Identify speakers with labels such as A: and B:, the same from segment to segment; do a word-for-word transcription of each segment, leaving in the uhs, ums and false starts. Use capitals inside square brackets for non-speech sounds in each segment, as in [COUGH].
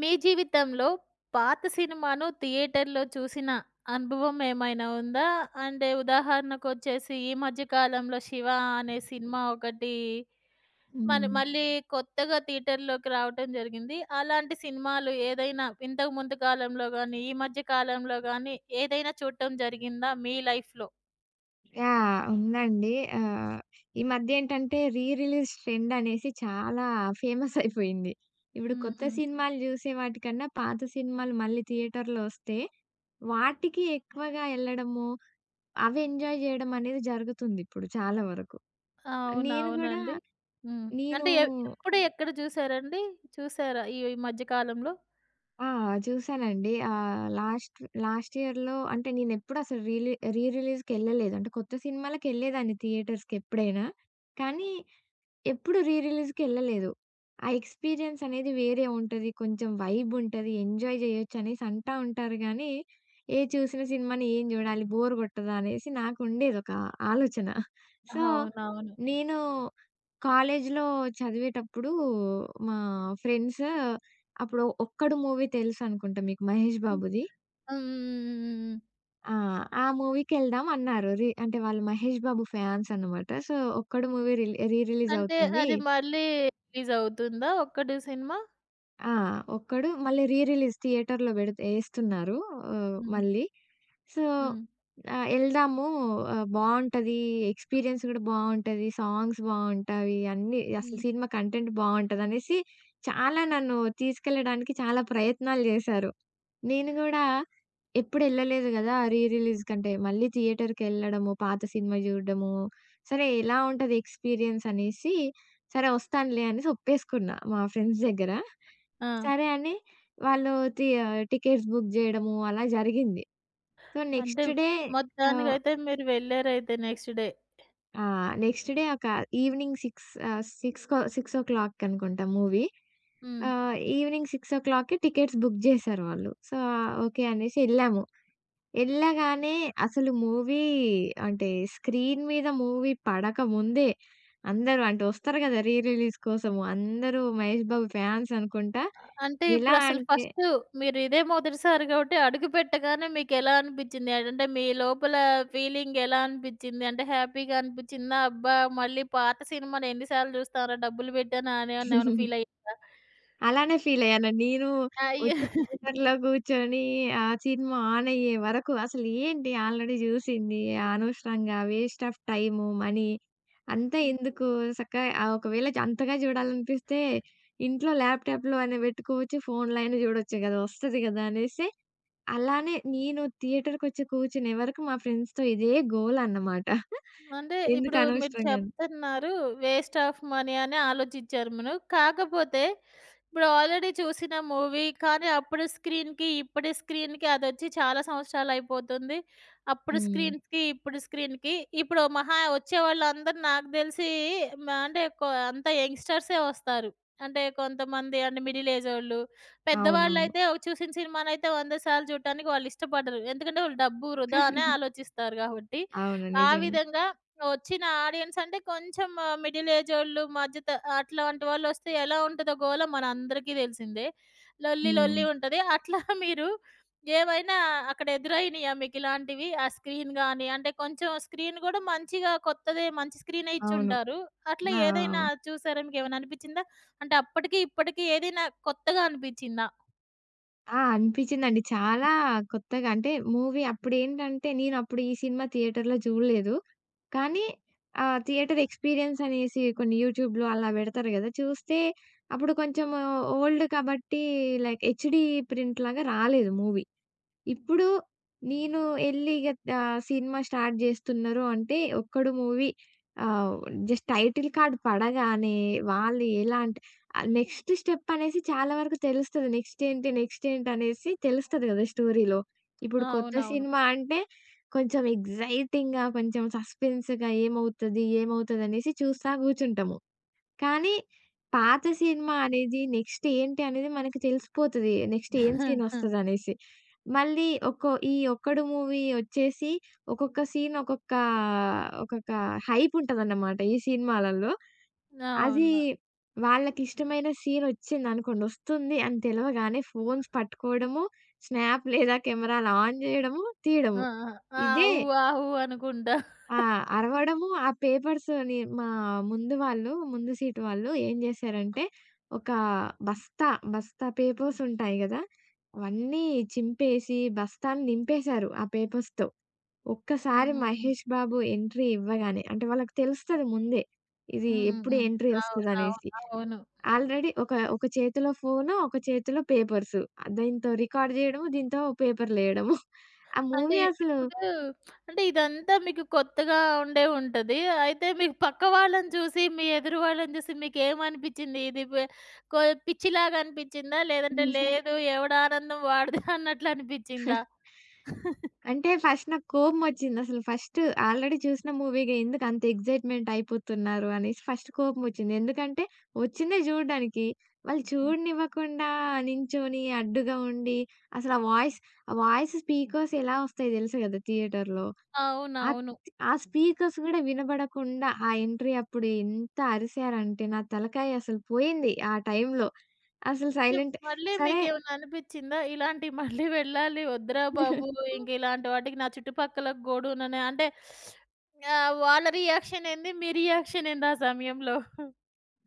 A: మీ జీవితంలో పాత సినిమాను థియేటర్‌లో చూసిన అనుభవం ఏమైనా ఉందా? అంటే ఉదాహరణకొచ్చేసి ఈ మధ్య కాలంలో 'శివ' అనే సినిమా ఒకటి మన
B: హ్మ్.
A: మళ్ళీ కొత్తగా థియేటర్‌లోకి రావటం జరిగింది. అలాంటి సినిమాలు ఏదైనా ఇంతకు ముందు కాలంలో గానీ, ఈ మధ్య కాలంలో గానీ ఏదైనా చూడటం జరిగిందా మీ లైఫ్‌లో?
B: యాహ్! ఉందండి. ఆహ్, ఈ మధ్య ఏంటంటే రీ రిలీజ్ ట్రెండ్ అనేసి చాలా ఫేమస్ అయిపోయింది. ఇప్పుడు
A: హ్మ్.
B: కొత్త
A: హ్మ్.
B: సినిమాలు జూసే వాటికన్నా పాత సినిమాలు మళ్ళీ థియేటర్‌లో వస్తే వాటికి ఎక్కువగా ఎళ్ళడము, అవి ఎంజాయ్ జేయడం అనేది జరుగుతుంది ఇప్పుడు చాలా వరకు. నేను గూడా
A: అవునవునండి. హ్మ్.
B: నేను
A: అంటే ఎ ఎప్పుడు, ఎక్కడ చూసారండి? చూసారా ఈ మధ్య కాలంలో?
B: ఆ! చూసానండి. ఆహ్, లాస్ట్ లాస్ట్ ఇయర్‌లో అంటే నేనెప్పుడు అసలు రీలీ రీ రిలీజ్‌కెళ్ళలేదు. అంటే కొత్త సినిమాలకెళ్ళేదాన్ని థియేటర్స్‌కి ఎప్పుడైనా. కానీ ఎప్పుడు రీ రిలీజ్‌కెళ్ళలేదు. ఆ ఎక్స్‌పీరియన్స్ అనేది వేరే ఉంటది. కొంచెం వైబ్ ఉంటది. ఎంజాయ్ జేయొచ్చు అనేసి అంటా ఉంటారు గానీ, ఏ చూసిన సినిమాని ఏం జూడాలి? బోర్ గొట్టదా? అనేసి నాకుండేది ఒక ఆలోచన. సో,
A: అవునవును.
B: నేను కాలేజ్‌లో చదివేటప్పుడు మా ఫ్రెండ్స్ అప్పుడు 'ఒక్కడు' మూవీ తెలుసనుకుంటా మీకు మహేష్ బాబుది.
A: హ్మ్.
B: ఆ! ఆ మూవీకెళ్దాం అన్నారు. రి అంటే వాళ్ళు మహేష్ బాబు ఫ్యాన్స్ అన్నమాట. సో, 'ఒక్కడు' మూవీ రిలీ రీ రిలీజ్
A: అంటే
B: అవుతుంది.
A: అది మళ్ళీ రిలీజ్ అవుతుందా ఒక్కటే సినిమా?
B: ఆ! ఒక్కడు మళ్ళీ రీ రిలీజ్ థియేటర్‌లో బెడితే ఏస్తున్నారు. ఆహ్,
A: హ్మ్.
B: మళ్ళీ. సో,
A: హ్మ్.
B: ఆహ్, ఎళ్దాము, ఆహ్, బావుంటది. ఎక్స్‌పీరియన్స్ గూడా బావుంటది. సాంగ్స్ బావుంటాయి. అన్నీ అసలు
A: హ్మ్.
B: సినిమా కంటెంట్ బావుంటదనేసి చాలా నన్ను తీసుకెళ్ళడానికి చాలా ప్రయత్నాలు జేశారు. నేను గూడా ఎప్పుడెళ్ళలేదు గదా! రీ రిలీజ్ కంటే. మళ్ళీ థియేటర్‌కెళ్ళడము, పాత సినిమా జూడడము, సరే ఎలా ఉంటది ఎక్స్‌పీరియన్స్ అనేసి, సరే ఒస్తానులే అనేసి ఒప్పేసుకున్నా మా ఫ్రెండ్స్ దగ్గర.
A: ఆ!
B: సరే అని వాళ్ళు తి ఆహ్, టికెట్స్ బుక్ జేయడము అలా జరిగింది. సో,
A: అంటే
B: నెక్స్ట్ డే. ఆహ్,
A: మొత్తానికైతే మీరు వెళ్లారైతే నెక్స్ట్ డే.
B: ఆ! నెక్స్ట్ డే ఒక ఈవినింగ్ సిక్స్, ఆహ్, 6కో సిక్స్ అనుకుంటా మూవీ.
A: హ్మ్.
B: ఆహ్, ఈవినింగ్ 6:00కి టికెట్స్ బుక్ జేశారు వాళ్ళు. సో, ఓకే అనేసి ఎళ్ళాము. ఎళ్ళగానే అసలు మూవీ అంటే స్క్రీన్ మీద మూవీ పడక ముందే అందరూ అంటే వస్తారు గదా! రీ రిలీజ్ కోసము అందరూ మహేష్ బాబు ఫ్యాన్స్ అనుకుంటా.
A: అంటే
B: ఎలా
A: ఇప్పుడు అసలు
B: అంటే
A: ఫస్టు మీరు ఇదే మొదటిసారి కాబట్టి అడుగు పెట్టగానే మీకెలా అనిపిచ్చింది? అంటే మీ లోపల ఫీలింగ్ ఎలా అనిపిచ్చింది? అంటే హ్యాపీగా అనిపిచ్చిందా? అబ్బా! మళ్ళీ పాత సినిమాని ఎన్ని సార్లు చూస్తాంరా డబ్బులు పెట్టానా అని ఏమన్నా ఫీల్ అయ్యారా?
B: అలానే ఫీలయ్యాను. నేను
A: అయ్యో!
B: వచ్చి థియేటర్‌లో కూర్చొని ఆ సినిమా ఆన్ అయ్యే వరకు అసలేంటి ఆల్రెడీ జూసింది. అనవసరంగా వేస్ట్ ఆఫ్ టైము, మనీ అంతా ఎందుకు చక్కగా, ఆహ్, ఒకవేళ అంతగా జూడాలనిపిస్తే ఇంట్లో ల్యాప్‌టాప్‌లో అయినా పెట్టుకోవచ్చు. ఫోన్‌లో అయినా జూడొచ్చు గదా! వస్తది గదా! అనేసి అలానే నేను థియేటర్‌కొచ్చి కూర్చునే వరకు మా ఫ్రెండ్స్‌తో ఇదే గోల అన్నమాట.
A: అంటే
B: ఎందుకు
A: ఇప్పుడు మీరు
B: అనవసరంగా అని.
A: చెప్తున్నారు వేస్ట్ ఆఫ్ మనీ అని ఆలోచించారు మనం. కాకపోతే ఇప్పుడు ఆల్రెడీ చూసిన మూవీ కానీ అప్పుడు స్క్రీన్‌కి, ఇప్పటి స్క్రీన్‌కి అదొచ్చి చాలా సంవత్సరాలు అయిపోతుంది. అప్పుడు
B: హ్మ్.
A: స్క్రీన్స్‌కి, ఇప్పుడు స్క్రీన్‌కి ఇప్పుడు మహా వచ్చేవాళ్ళందరూ నాకు తెలిసి మ అంటే కొ అంతా యంగ్‌స్టర్సే వస్తారు. అంటే కొంతమంది అంటే మిడిల్ ఏజ్ ఓళ్ళు.
B: అవునవును.
A: పెద్దవాళ్ళైతే ఒక చూసిన సినిమానైతే వంద సార్లు చూడటానికి వాళ్ళు ఇష్టపడరు. ఎందుకంటే వాళ్ళు డబ్బు వృధా అనే ఆలోచిస్తారు కాబట్టి.
B: అవును.
A: ఆ
B: నిజంగా.
A: విధంగా వచ్చిన ఆడియన్స్ అంటే కొంచెం ఆహ్, మిడిల్ ఏజోళ్ళు, మధ్య త అట్లాంటి వాళ్ళొస్తే ఎలా ఉంటదో గోల మనందరికీ తెలిసిందే. లొల్లి
B: హ్మ్.
A: లొల్లి ఉంటది. అట్లా [LAUGHS] మీరు ఏవైనా అక్కడ ఎదురైనయా మీకిలాంటివి? ఆ స్క్రీన్ గాని అంటే కొంచెం స్క్రీన్ గూడా మంచిగా కొత్తదే మంచి స్క్రీనే
B: అవును.
A: ఇచ్చుంటారు. అట్లా
B: ఆ!
A: ఏదైనా చూసారా? మీకేమైనా అనిపిచ్చిందా? అంటే అప్పటికి, ఇప్పటికి ఏదైనా కొత్తగా అనిపిచ్చిందా?
B: ఆ! అనిపించిందండి. చాలా కొత్తగా అంటే మూవీ అప్పుడేంటంటే నేనప్పుడు ఈ సినిమా థియేటర్‌లో చూడలేదు. కానీ ఆహ్, థియేటర్ ఎక్స్‌పీరియన్స్ అనేసి కొన్ని యూట్యూబ్‌లో అలా పెడతారు కదా! చూస్తే అప్పుడు కొంచెం ఓల్డ్ కాబట్టి లైక్ హెచ్‌డీ ప్రింట్‌లాగా రాలేదు మూవీ. ఇప్పుడు నేను ఎళ్లి ఇగ, ఆహ్, సినిమా స్టార్ట్ జేస్తున్నారు అంటే, ఒక్కడు మూవీ, ఆహ్, జస్ట్ టైటిల్ కార్డ్ పడగానే వాళ్ళు ఎలా అంటే, ఆహ్, నెక్స్ట్ స్టెప్ అనేసి చాలా వరకు తెలుస్తది. నెక్స్ట్ ఏంటి? నెక్స్ట్ ఏంటి? అనేసి తెలుస్తది గదా! స్టోరీలో. ఇప్పుడు
A: ఆ!
B: కొత్త
A: అవునవును.
B: సినిమా అంటే కొంచెం ఎక్సైటింగ్‌గా, కొంచెం సస్పెన్స్‌గా ఏమవుతది? ఏమవుతదనేసి చూస్తా గూర్చుంటాము. కానీ పాత సినిమా అనేది నెక్స్ట్ ఏంటి అనేది మనకి తెలిసిపోతది. నెక్స్ట్ ఏం సీన్
A: [LAUGHS]
B: ఒస్తదనేసి. మళ్ళీ ఒక్కో ఈ 'ఒక్కడు' మూవీ ఒచ్చేసి ఒక్కొక్క సీన్ ఒక్కొక్క, ఒక్కొక్క హైప్ ఉంటదన్నమాట ఈ సినిమాలలో. అది
A: అవును.
B: వాళ్ళకిష్టమైన సీన్ ఒచ్చిందనుకోండి, ఒస్తుంది అని తెలవగానే ఫోన్స్ పట్టుకోవడము, స్నాప్ లేదా కెమెరాలు ఆన్ జేయడము, తీయడము.
A: ఆ! ఆ! ఆ!
B: ఇదే.
A: ఊ, ఆ! ఊ అనుకుంటా. [LAUGHS]
B: ఆ! అరవడము ఆ పేపర్స్‌ని మా ముందు వాళ్ళు, ముందు సీటు వాళ్ళు ఏం జేశారంటే, ఒక బస్తా, బస్తా పేపర్స్ ఉంటాయి గదా! అవన్నీ చింపేసి బస్తాని నింపేశారు ఆ పేపర్స్‌తో.
A: హ్మ్.
B: ఒక్కసారి
A: హ్మ్. హ్మ్.
B: మహేష్ బాబు ఎంట్రీ ఇవ్వగానే అంటే వాళ్ళకి తెలుస్తది ముందే. ఇది
A: హ్మ్. హ్మ్.
B: ఎప్పుడు
A: హ్మ్.
B: ఎంట్రీ
A: అవునవును.
B: ఒస్తదనేసి.
A: అవును.
B: ఆల్రెడీ ఒక ఒక చేతిలో ఫోను, ఒక చేతిలో పేపర్సు. దీంతో రికార్డ్ జేయడము, దీంతో పేపర్‌లేయడము. ఆ
A: అంటే
B: మూవీ అసలు
A: ఇప్పుడు అంటే ఇదంతా మీకు కొత్తగా ఉండే ఉంటది. అయితే మీకు పక్క వాళ్ళని చూసి, మీ ఎదురు వాళ్ళని చూసి మీకేమనిపిచ్చింది? ఇది బె కొ పిచ్చిలాగా అనిపిచ్చిందా? లేదంటే లేదు ఎవడానందం వాడిదే అన్నట్లు అనిపిచ్చిందా?
B: అంటే ఫస్ట్ నాకు కోపమొచ్చిందసలు. ఫస్ట్ ఆల్రెడీ చూసిన మూవీ‌గా ఎందుకంత ఎక్సైట్‌మెంట్ అయిపోతున్నారు అనేసి ఫస్ట్ కోపమొచ్చింది. ఎందుకంటే వచ్చిందే చూడడానికి. వాళ్ళు చూడనివ్వకుండా నించొని అడ్డుగా ఉండి అసలు ఆ వాయిస్ ఆ వాయిస్ స్పీకర్స్ ఎలా వస్తాయో తెలుసు కదా! థియేటర్‌లో. ఆహ్, ఆ
A: అవునవును.
B: ఆ స్పీకర్స్ కూడా వినబడకుండా ఆ ఎంట్రీ అప్పుడు ఎంత అరిసారంటే నా తలకాయ అసలు పోయింది ఆ టైంలో. అసలు
A: అంటే
B: సైలెంట్
A: మళ్ళీ
B: సరే.
A: మీకేమన్నా అనిపిచ్చిందా? ఇలాంటియి మళ్ళీ వెళ్ళాలి వద్దురా బాబు! ఇంక
B: [LAUGHS]
A: ఇలాంటి వాటికి నా చుట్టుపక్కల గూడుననే అంటే ఆహ్, వాళ్ళ రియాక్షన్ ఏంది? మీ రియాక్షన్ ఏంది ఆ సమయంలో? [LAUGHS]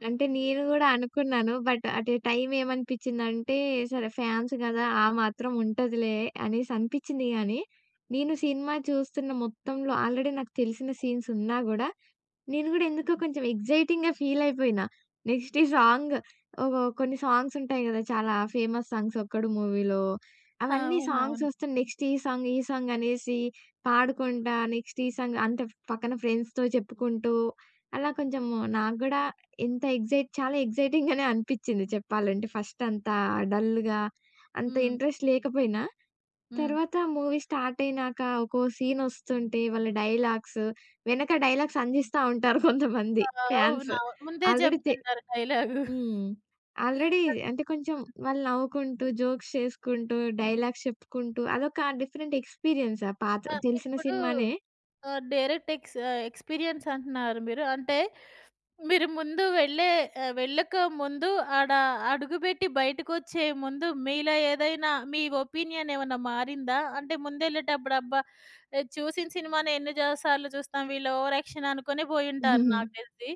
B: అంటే నేను గూడా అనుకున్నాను. బట్ అట్ ఎ టైమ్ ఏమనిపించిందంటే, సరే ఫ్యాన్స్ గదా! ఆ మాత్రం ఉంటదిలే అనేసి అనిపించింది గానీ, నేను సినిమా చూస్తున్న మొత్తంలో ఆల్రెడీ నాకు తెలిసిన సీన్స్ ఉన్నా గూడా, నేను గూడా ఎందుకో కొంచెం ఎక్సైటింగ్‌గా ఫీల్ అయిపోయినా. నెక్స్ట్ ఈ సాంగ్, ఓహ్! కొన్ని సాంగ్స్ ఉంటాయి గదా! చాలా ఫేమస్ సాంగ్స్ 'ఒక్కడు' మూవీలో. అవన్నీ సాంగ్స్
A: అవునవును.
B: వస్తే నెక్స్ట్ ఈ సాంగ్, ఈ సాంగ్ అనేసి పాడుకుంటా నెక్స్ట్ ఈ సాంగ్ అంటే పక్కన ఫ్రెండ్స్‌తో చెప్పుకుంటూ అలా కొంచెం నాకు గూడా ఎంత ఎక్సైట్ చాలా ఎక్సైటింగ్ గానే అనిపిచ్చింది చెప్పాలంటే. ఫస్ట్ అంత డల్‌గా, అంత
A: హ్మ్.
B: ఇంట్రెస్ట్ లేకపోయినా
A: హ్మ్.
B: తర్వాత మూవీ స్టార్ట్ అయినాక ఒక్కో సీనొస్తుంటే వాళ్ళ డైలాగ్స్, వెనక డైలాగ్స్ అందిస్తా ఉంటారు కొంతమంది ఫ్యాన్స్.
A: అవునవును. ముందే
B: ఆల్రెడీ తె
A: జెప్తుంటారు డైలాగు.
B: హ్మ్. ఆల్రెడీ అంటే కొంచెం
A: [LAUGHS] హ్మ్.
B: వాళ్ళు నవ్వుకుంటూ, జోక్స్ చేసుకుంటూ, డైలాగ్స్ చెప్పుకుంటూ అదొక డిఫరెంట్ ఎక్స్‌పీరియన్స్ ఆ పాత
A: ఆ!
B: తెలిసిన
A: ఇప్పుడు
B: సినిమానే.
A: ఆహ్, డైరెక్ట్ ఎక్స్ ఆహ్, ఎక్స్‌పీరియన్స్ అంటున్నారు మీరు. అంటే మీరు ముందు వెళ్ళే ఆహ్, వెళ్ళక ముందు ఆడ అడుగుబెట్టి బయటకొచ్చే ముందు మీలో ఏదైనా మీ ఒపీనియన్ ఏమన్నా మారిందా? అంటే ముందెళ్ళేటప్పుడు అబ్బా! ఆహ్, చూసిన సినిమానే ఎన్ని జ సార్లు చూస్తాం వీళ్ళు ఓవర్ యాక్షన్ అనుకునే పోయుంటారు
B: హ్మ్.
A: నాకు తెలిసి.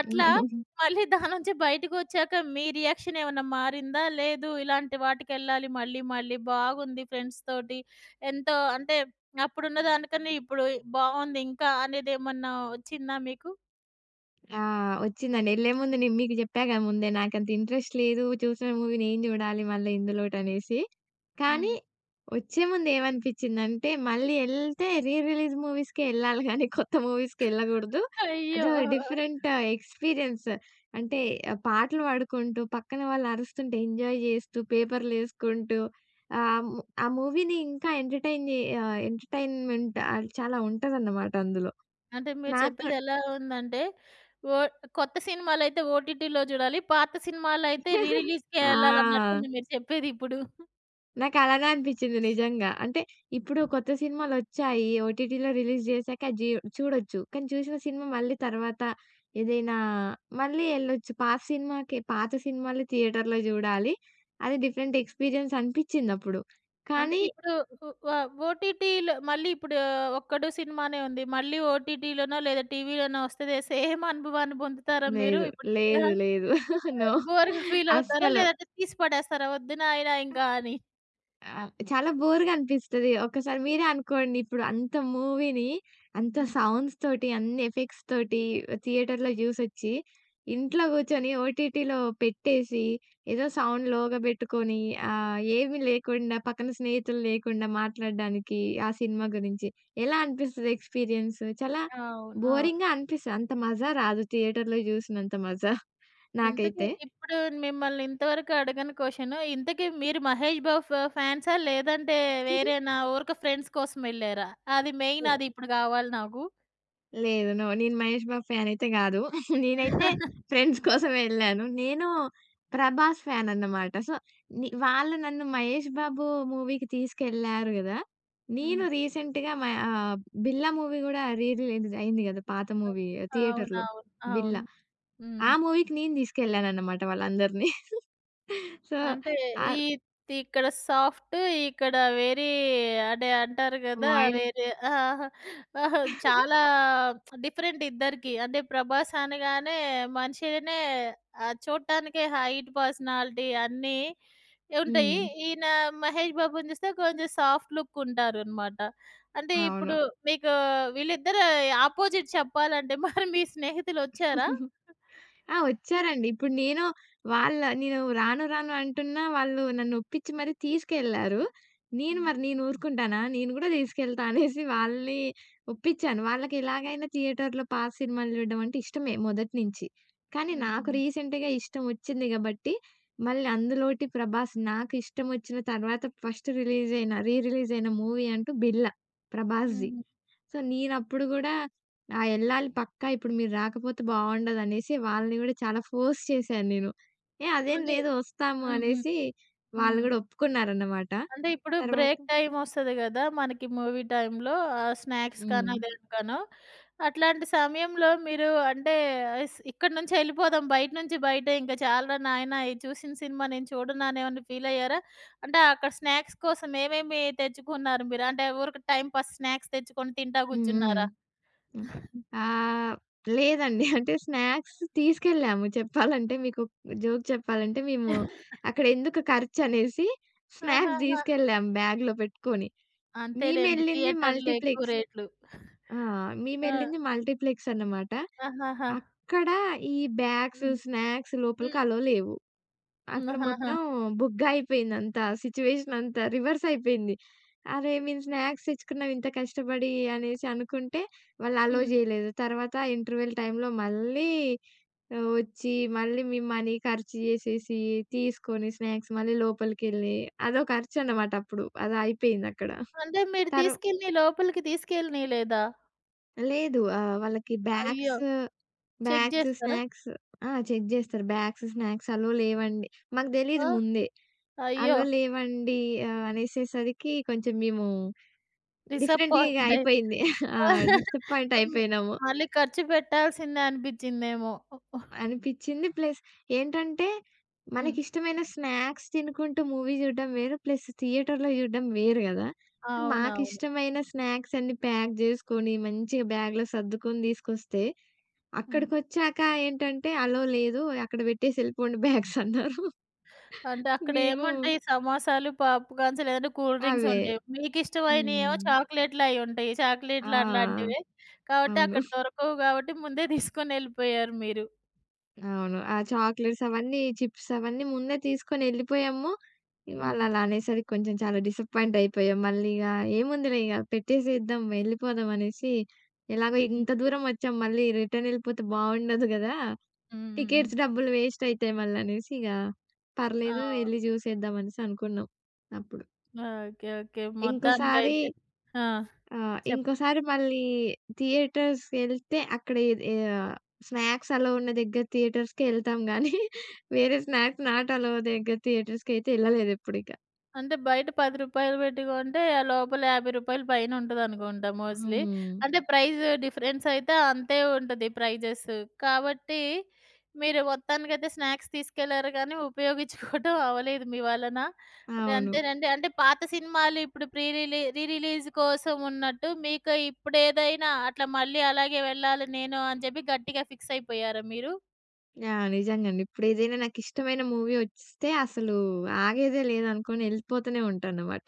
A: అట్లా మళ్ళీ దాని నుంచి బయటకొచ్చాక మీ రియాక్షన్ ఏమన్నా మారిందా? లేదు ఇలాంటి వాటికెళ్ళాలి మళ్ళీ మళ్ళీ బాగుంది ఫ్రెండ్స్ తోటి ఎంతో అంటే అప్పుడున్న దానికన్నా ఇప్పుడు బావుంది ఇంకా అనేదేమన్నా వచ్చిందా మీకు?
B: ఆ! వచ్చిందండి. ఎళ్ళే ముందు నేను మీకు జెప్పాగా ముందే నాకంత ఇంట్రెస్ట్ లేదు. చూసిన మూవీ నేను జూడాలి మళ్ళీ ఇందులోటనేసి. కానీ
A: హ్మ్.
B: వచ్చే ముందు ఏమనిపించిందంటే మళ్ళీ ఎళ్తే రీ రిలీజ్ మూవీస్‌కే ఎళ్ళాలి గానీ కొత్త మూవీస్‌కి ఎళ్ళగూడదు.
A: అయ్యో!
B: అదో
A: ఆ!
B: Different experience. అంటే ఆహ్, పాటలు పాడుకుంటూ, పక్కన వాళ్ళు అరుస్తుంటే ఎంజాయ్ జేస్తూ, పేపర్‌లేసుకుంటూ, ఆహ్, ము ఆ మూవీని ఇంకా ఎంటర్‌టైన్ జే ఆహ్, ఎంటర్‌టైన్‌మెంట్ ఆహ్, చాలా ఉంటదన్నమాట అందులో.
A: అంటే మీరు చెప్పేది
B: నాకు.
A: [LAUGHS] ఎలా ఉందంటే, ఓ కొత్త సినిమాలైతే ఓటీటీలో చూడాలి. పాత సినిమాలైతే [LAUGHS] రీ
B: [LAUGHS]
A: రిలీజ్‌కే
B: ఆ!
A: ఎళ్ళాలన్నట్టుంది మీరు చెప్పేదిప్పుడు.
B: నాకలానే అనిపిచ్చింది నిజంగా. అంటే ఇప్పుడు కొత్త సినిమాలొచ్చాయి. ఓటీటీలో రిలీజ్ జేశాక జీ చూడొచ్చు. కానీ చూసిన సినిమా మళ్ళీ తర్వాత ఏదైనా మళ్ళీ ఎళ్ళొచ్చు. పాత సినిమాకే పాత సినిమాలు థియేటర్‌లో జూడాలి. అది డిఫరెంట్ ఎక్స్‌పీరియన్స్ అనిపిచ్చిందప్పుడు.
A: అంటే
B: కానీ
A: ఇప్పుడు ఉ వ ఓటీటీలో మళ్ళీ ఇప్పుడు 'ఒక్కడు' సినిమానే ఉంది. మళ్ళీ ఓటీటీలోనో లేదా టీవీలోనో వస్తది. సేమ్ అనుభవాన్ని పొందుతారా మీరు?
B: లేదు.
A: ఇప్పుడు
B: లేదు.
A: ఆ!
B: లేదు. [LAUGHS] నో.
A: బోర్‌గా ఫీల్ అవుతారా?
B: అస్సలు.
A: లేదంటే తీసి పడేస్తారా? వద్దు నాయనా ఇంకా అని.
B: ఆ! చాలా బోర్‌గా అనిపిస్తది. ఒక్కసారి మీరే అనుకోండి ఇప్పుడు అంత మూవీని అంత
A: హ్మ్.
B: సౌండ్స్ తోటి, అన్ని ఎఫెక్ట్స్ తోటి థియేటర్‌లో జూసొచ్చి, ఇంట్లో గూర్చొని ఓటీటీలో పెట్టేసి, ఏదో సౌండ్ లోగా బెట్టుకొని, ఆహ్, ఏమి లేకుండా పక్కన స్నేహితులు లేకుండా మాట్లాడడానికి ఆ సినిమా గురించి. ఎలా అనిపిస్తది ఎక్స్‌పీరియన్స్? చాలా
A: అవును. అవును.
B: బోరింగ్‌గా అనిపిస్తది. అంత మజా రాదు థియేటర్‌లో జూసినంత మజా
A: ఇంతకీ
B: నాకైతే.
A: ఇప్పుడు మిమ్మల్ని ఇంతవరకు అడగని క్వెషన్. ఇంతకీ మీరు 'మహేష్ బాబు' ఫ ఫాన్సా? లేదంటే వేరేనా?
B: [LAUGHS]
A: ఊరక ఫ్రెండ్స్ కోసం ఎళ్లారా? అది మెయిన్ అది ఇప్పుడు గావాలి నాకు.
B: లేదు. నో. నేను 'మహేష్ బాబు' ఫ్యానయితే గాదు. [LAUGHS] నేనైతే
A: [LAUGHS]
B: ఫ్రెండ్స్ కోసం వెళ్ళాను. నేను 'ప్రభాస్' ఫ్యానన్నమాట. సో, ని వాళ్ళు నన్ను 'మహేష్ బాబు' మూవీకి తీసుకెళ్లారు గదా! నేను
A: హ్మ్.
B: రీసెంట్‌గా మ ఆహ్, 'బిల్లా' మూవీ గూడా రీ రిలీజ్ అయింది గదా! పాత మూవీ థియేటర్‌లో
A: అవునవును.
B: 'బిల్లా.'
A: అవును. హ్మ్.
B: ఆ మూవీకి నేను తీసుకెళ్ళానన్నమాట వాళ్ళందరిని. [LAUGHS] సో,
A: అంటే ఈ
B: ఆహ్,
A: ఇక్కడ సాఫ్ట్, ఇక్కడ వెరీ అంటే అంటారు గదా!
B: వాయిల్
A: వేరే ఆ! ఆహా! చాలా డిఫరెంట్ ఇద్దరికి. అంటే 'ప్రభాస్' అనగానే మనిషినే ఆహ్, చూడటానికే హైట్, పర్సనాలిటీ అన్నీ ఉంటాయి.
B: హ్మ్.
A: ఈయన 'మహేష్ బాబుని' చూస్తే కొంచెం సాఫ్ట్ లుక్ ఉంటారనమాట. అంటే
B: అవును.
A: ఇప్పుడు మీకు వీళ్ళిద్దరు అపోజిట్ చెప్పాలంటే మరి మీ స్నేహితులొచ్చారా?
B: [LAUGHS] ఆ! వచ్చారండి. ఇప్పుడు నేను వాళ్ళ నేను రాను రాను అంటున్నా వాళ్ళు నన్ను ఒప్పించి మరి తీసుకెళ్లారు. నేను
A: హ్మ్.
B: మరి నేను ఊరుకుంటానా? నేను గూడా తీసుకెళ్తా అనేసి వాళ్ళని ఒప్పించాను. వాళ్ళకి ఎలాగైనా థియేటర్‌లో పాత సినిమాలు చూడడం అంటే ఇష్టమే మొదటి నుంచి. కానీ
A: హ్మ్.
B: నాకు
A: హుహు.
B: రీసెంట్‌గా ఇష్టం వచ్చింది గాబట్టి, మళ్ళీ అందులోటి ప్రభాస్ నాకు ఇష్టం వచ్చిన తర్వాత ఫస్ట్ రిలీజ్ అయిన, రీ రిలీజ్ అయిన మూవీ అంటూ 'బిళ్ళ' ప్రభాస్‌ది.
A: హుహు.
B: సో, నేనప్పుడు గూడా ఆ! ఎళ్ళాలి పక్కా. ఇప్పుడు మీరు రాకపోతే బావుండదనేసి వాళ్ళని గూడా చాలా ఫోర్స్ చేశాను నేను. ఏ అదేం
A: అంటే
B: లేదు వస్తాము
A: హ్మ్. హ్మ్.
B: అనేసి వాళ్ళు
A: హ్మ్.
B: గూడా ఒప్పుకున్నారన్నమాట.
A: అంటే ఇప్పుడు
B: తర్వాత
A: బ్రేక్ టైమ్ ఒస్తది గదా! మనకి మూవీ టైమ్‌లో ఆహ్, స్నాక్స్ కానీ
B: హ్మ్.
A: అదేం కానో, దేనికనో అట్లాంటి సమయంలో మీరు అంటే స్ ఇక్కడి నుంచి ఎళ్ళిపోదాం బయట నుంచి బయటే ఇంక చాలురా నాయనా ఈ చూసిన సినిమా నేను చూడను అనేమన్నా ఫీల్ అయ్యారా? అంటే అక్కడ స్నాక్స్ కోసం ఏమేమి తెచ్చుకున్నారు మీరు? అంటే ఊరికే టైమ్ పాస్ స్నాక్స్ తెచ్చుకొని తింటా
B: హ్మ్. హ్మ్.
A: గూర్చున్నారా?
B: హ్మ్. ఆహ్, లేదండి. [LAUGHS] అంటే స్నాక్స్ తీసుకెళ్ళాము. చెప్పాలంటే మీకు జోక్ చెప్పాలంటే మేము అక్కడ ఎందుకు ఖర్చనేసి స్నాక్స్
A: ఆహాహా!
B: తీసుకెళ్ళాం బ్యాగ్‌లో పెట్టుకొని.
A: అంతేలెండి. [LAUGHS]
B: మేమెళ్ళింది
A: థియేటర్‌లో ఎక్కువ
B: మల్టీప్లెక్స్.
A: రేట్లు.
B: ఆ!
A: ఆ!
B: మేమెళ్ళింది మల్టీప్లెక్స్ అన్నమాట.
A: ఆహాహా!
B: అక్కడ ఈ బ్యాగ్స్,
A: హ్మ్.
B: స్నాక్స్ లోపలికి
A: హ్మ్.
B: అలో లేవు. అక్కడ
A: ఆహాహా!
B: మొత్తం బుగ్గయిపోయిందంతా. సిట్యుయేషన్ అంతా సిచ్యువేషన్ అంతా రివర్స్ అయిపోయింది. అరే! మేము స్నాక్స్ తెచ్చుకున్నాం ఇంత కష్టపడి అనేసి అనుకుంటే వాళ్ళు అలో
A: హ్మ్.
B: చేయలేదు. తర్వాత ఇంటర్వెల్ టైమ్‌లో మళ్ళీ ఆహ్, వచ్చి మళ్ళీ మేము మనీ ఖర్చు చేసేసి తీసుకొని స్నాక్స్ మళ్ళీ లోపలికెళ్ళి అదో ఖర్చు అన్నమాట అప్పుడు. అది అయిపోయిందక్కడ.
A: అంటే మీరు
B: తర్వా
A: తీసుకెళ్ళి లోపలికి తీసుకెళ్ళనీయలేదా?
B: లేదు. ఆహ్, వాళ్ళకి
A: అయ్యో!
B: బ్యాగ్స్,
A: చెక్
B: బ్యాగ్స్,
A: జేస్తారా?
B: స్నాక్స్ ఆ! చెక్ జేస్తారు. బ్యాగ్స్, స్నాక్స్ అలో లేవండి. మాకు తెలీదు
A: ఆ!
B: ముందే.
A: అయ్యో!
B: అలో లేవండి, ఆహ్, అనేసేసరికి కొంచెం మేము డిఫరెంట్‌గా ఇగ
A: డిసప్పాయింట్ అయి
B: అయిపోయింది. ఆ!
A: [LAUGHS]
B: డిసప్పాయింట్
A: హ్మ్.
B: అయిపోయినాము.
A: మళ్ళీ ఖర్చు పెట్టాల్సిందే అనిపిచ్చిందేమో.
B: అనిపిచ్చింది. ప్లస్ ఏంటంటే,
A: హ్మ్.
B: మనకిష్టమైన స్నాక్స్ తినుకుంటూ మూవీ జూడడం వేరు. ప్లస్ థియేటర్‌లో జూడడం వేరు గదా!
A: అవునవును.
B: మాకిష్టమైన స్నాక్స్ అన్నీ ప్యాక్ జేసుకొని, మంచిగా బ్యాగ్‌లో సర్దుకొని తీసుకొస్తే,
A: హ్మ్.
B: అక్కడికొచ్చాక ఏంటంటే, అలో లేదు. అక్కడ బెట్టేసి ఎళ్ళిపోండి బ్యాగ్స్ అన్నారు.
A: అంటే
B: మేము
A: అక్కడేముంటాయి సమోసాలు, పప్‌కార్న్స్ లేదంటే కూల్ డ్రింక్స్
B: అవే.
A: ఉంటాయి. మీకిష్టమైనయేమో
B: హ్మ్.
A: చాక్లెట్‌లు అయ్యుంటాయి. చాక్లెట్‌లు
B: ఆ!
A: అట్లాంటివే. కాబట్టి
B: అవును.
A: అక్కడ దొరకవు గాబట్టి ముందే తీసుకొనెళ్ళిపోయారు మీరు.
B: అవును. ఆ చాక్లెట్స్ అవన్నీ, చిప్స్ అవన్నీ ముందే తీసుకొని ఎళ్ళిపోయాము.
A: హ్మ్.
B: వాళ్ళలా అనేసరికి కొంచెం చాలా డిసప్పాయింట్ అయిపోయాం. మళ్ళీ ఇగ ఏముందిలే ఇగ పెట్టేసేద్దాం, వెళ్ళిపోదాం అనేసి ఎలాగో
A: హ్మ్. హ్మ్.
B: ఇంత దూరం వచ్చాం మళ్ళీ రిటర్న్ ఎళ్ళిపోతే బావుండదు గదా!
A: హ్మ్. హ్మ్. హ్మ్.
B: టికెట్స్ డబ్బులు వేస్ట్ అయితాయి మళ్ళనేసి ఇగ
A: ఆ!
B: పర్లేదు ఎళ్లి జూసేద్దాం అనేసి అనుకున్నాం అప్పుడు.
A: ఓకే. ఓకే.
B: ఇంకోసారి
A: మొత్తానికైతే ఆ!
B: ఆ!
A: చెప్పండి.
B: ఇంకోసారి మళ్ళీ థియేటర్స్‌కెళ్తే అక్కడ ఏది, ఆహ్, స్నాక్స్ అలో ఉన్న దగ్గర థియేటర్స్‌కే ఎళ్తాం గానీ, [LAUGHS] వేరే స్నాక్స్ నాట్ అలో దగ్గర థియేటర్స్‌కయితే ఎళ్ళలేదెప్పుడిక.
A: అంటే బయట రూ. పది పెట్టి కొంటే ఆ లోపల రూ. యాభై పైన ఉంటదనుకుంటా మోస్ట్‌లీ.
B: హ్మ్.
A: అంటే ప్రైస్ డిఫరెన్స్ అయితే అంతే ఉంటది ప్రైజెస్. కాబట్టి మీరు మొత్తానికైతే స్నాక్స్ తీసుకెళ్లారు కానీ ఉపయోగించుకోవటం [LAUGHS] అవ్వలేదు మీ వలన. అంటే
B: అవును.
A: అంతేనండి. అంటే పాత సినిమాలు ఇప్పుడు ప్రీ రిలీ రీ రిలీజ్ కోసం ఉన్నట్టు మీకు ఇప్పుడేదైనా అట్లా మళ్ళీ అలాగే వెళ్ళాలి నేను అని చెప్పి గట్టిగా ఫిక్స్ అయిపోయారా మీరు?
B: ఆ! నిజంగండి. ఇప్పుడేదైనా నాకిష్టమైన మూవీ ఒస్తే అసలు ఆగేదే లేదనుకోని ఎళ్ళిపోతూనే ఉంటాననమాట.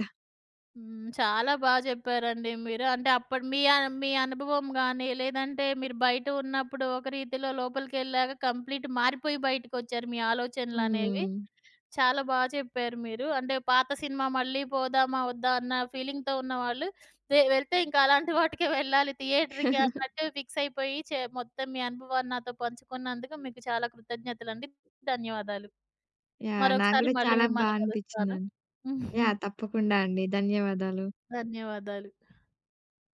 A: హ్మ్. చాలా బా చెప్పారండి మీరు. అంటే అప్పుడు మీ అ మీ అనుభవం గాని, లేదంటే మీరు బయట ఉన్నప్పుడు ఒక రీతిలో లోపలికెళ్ళాక కంప్లీట్ మారిపోయి బయటికొచ్చారు మీ ఆలోచనలనేవి.
B: హ్మ్.
A: చాలా బా చెప్పారు మీరు. అంటే పాత సినిమా మళ్ళీ పోదామా? వద్దా? అన్న ఫీలింగ్‌తో ఉన్నవాళ్ళు వె వెళ్తే ఇంకా అలాంటి వాటికే వెళ్ళాలి థియేటర్‌కి
B: [LAUGHS]
A: అన్నట్టు ఫిక్స్ అయిపోయి చె మొత్తం మీ అనుభవాన్ని నాతో పంచుకున్నందుకు మీకు చాలా కృతజ్ఞతలండి. ధన్యవాదాలు.
B: యాహ్! నాకు
A: మరొకసారి
B: గూడా
A: మళ్ళీ
B: చాలా బా
A: మిమ్మల్ని కలుస్తాను.
B: అనిపిచ్చిందండి. యాహ్!
A: [LAUGHS]
B: తప్పకుండా అండి. ధన్యవాదాలు.
A: ధన్యవాదాలు.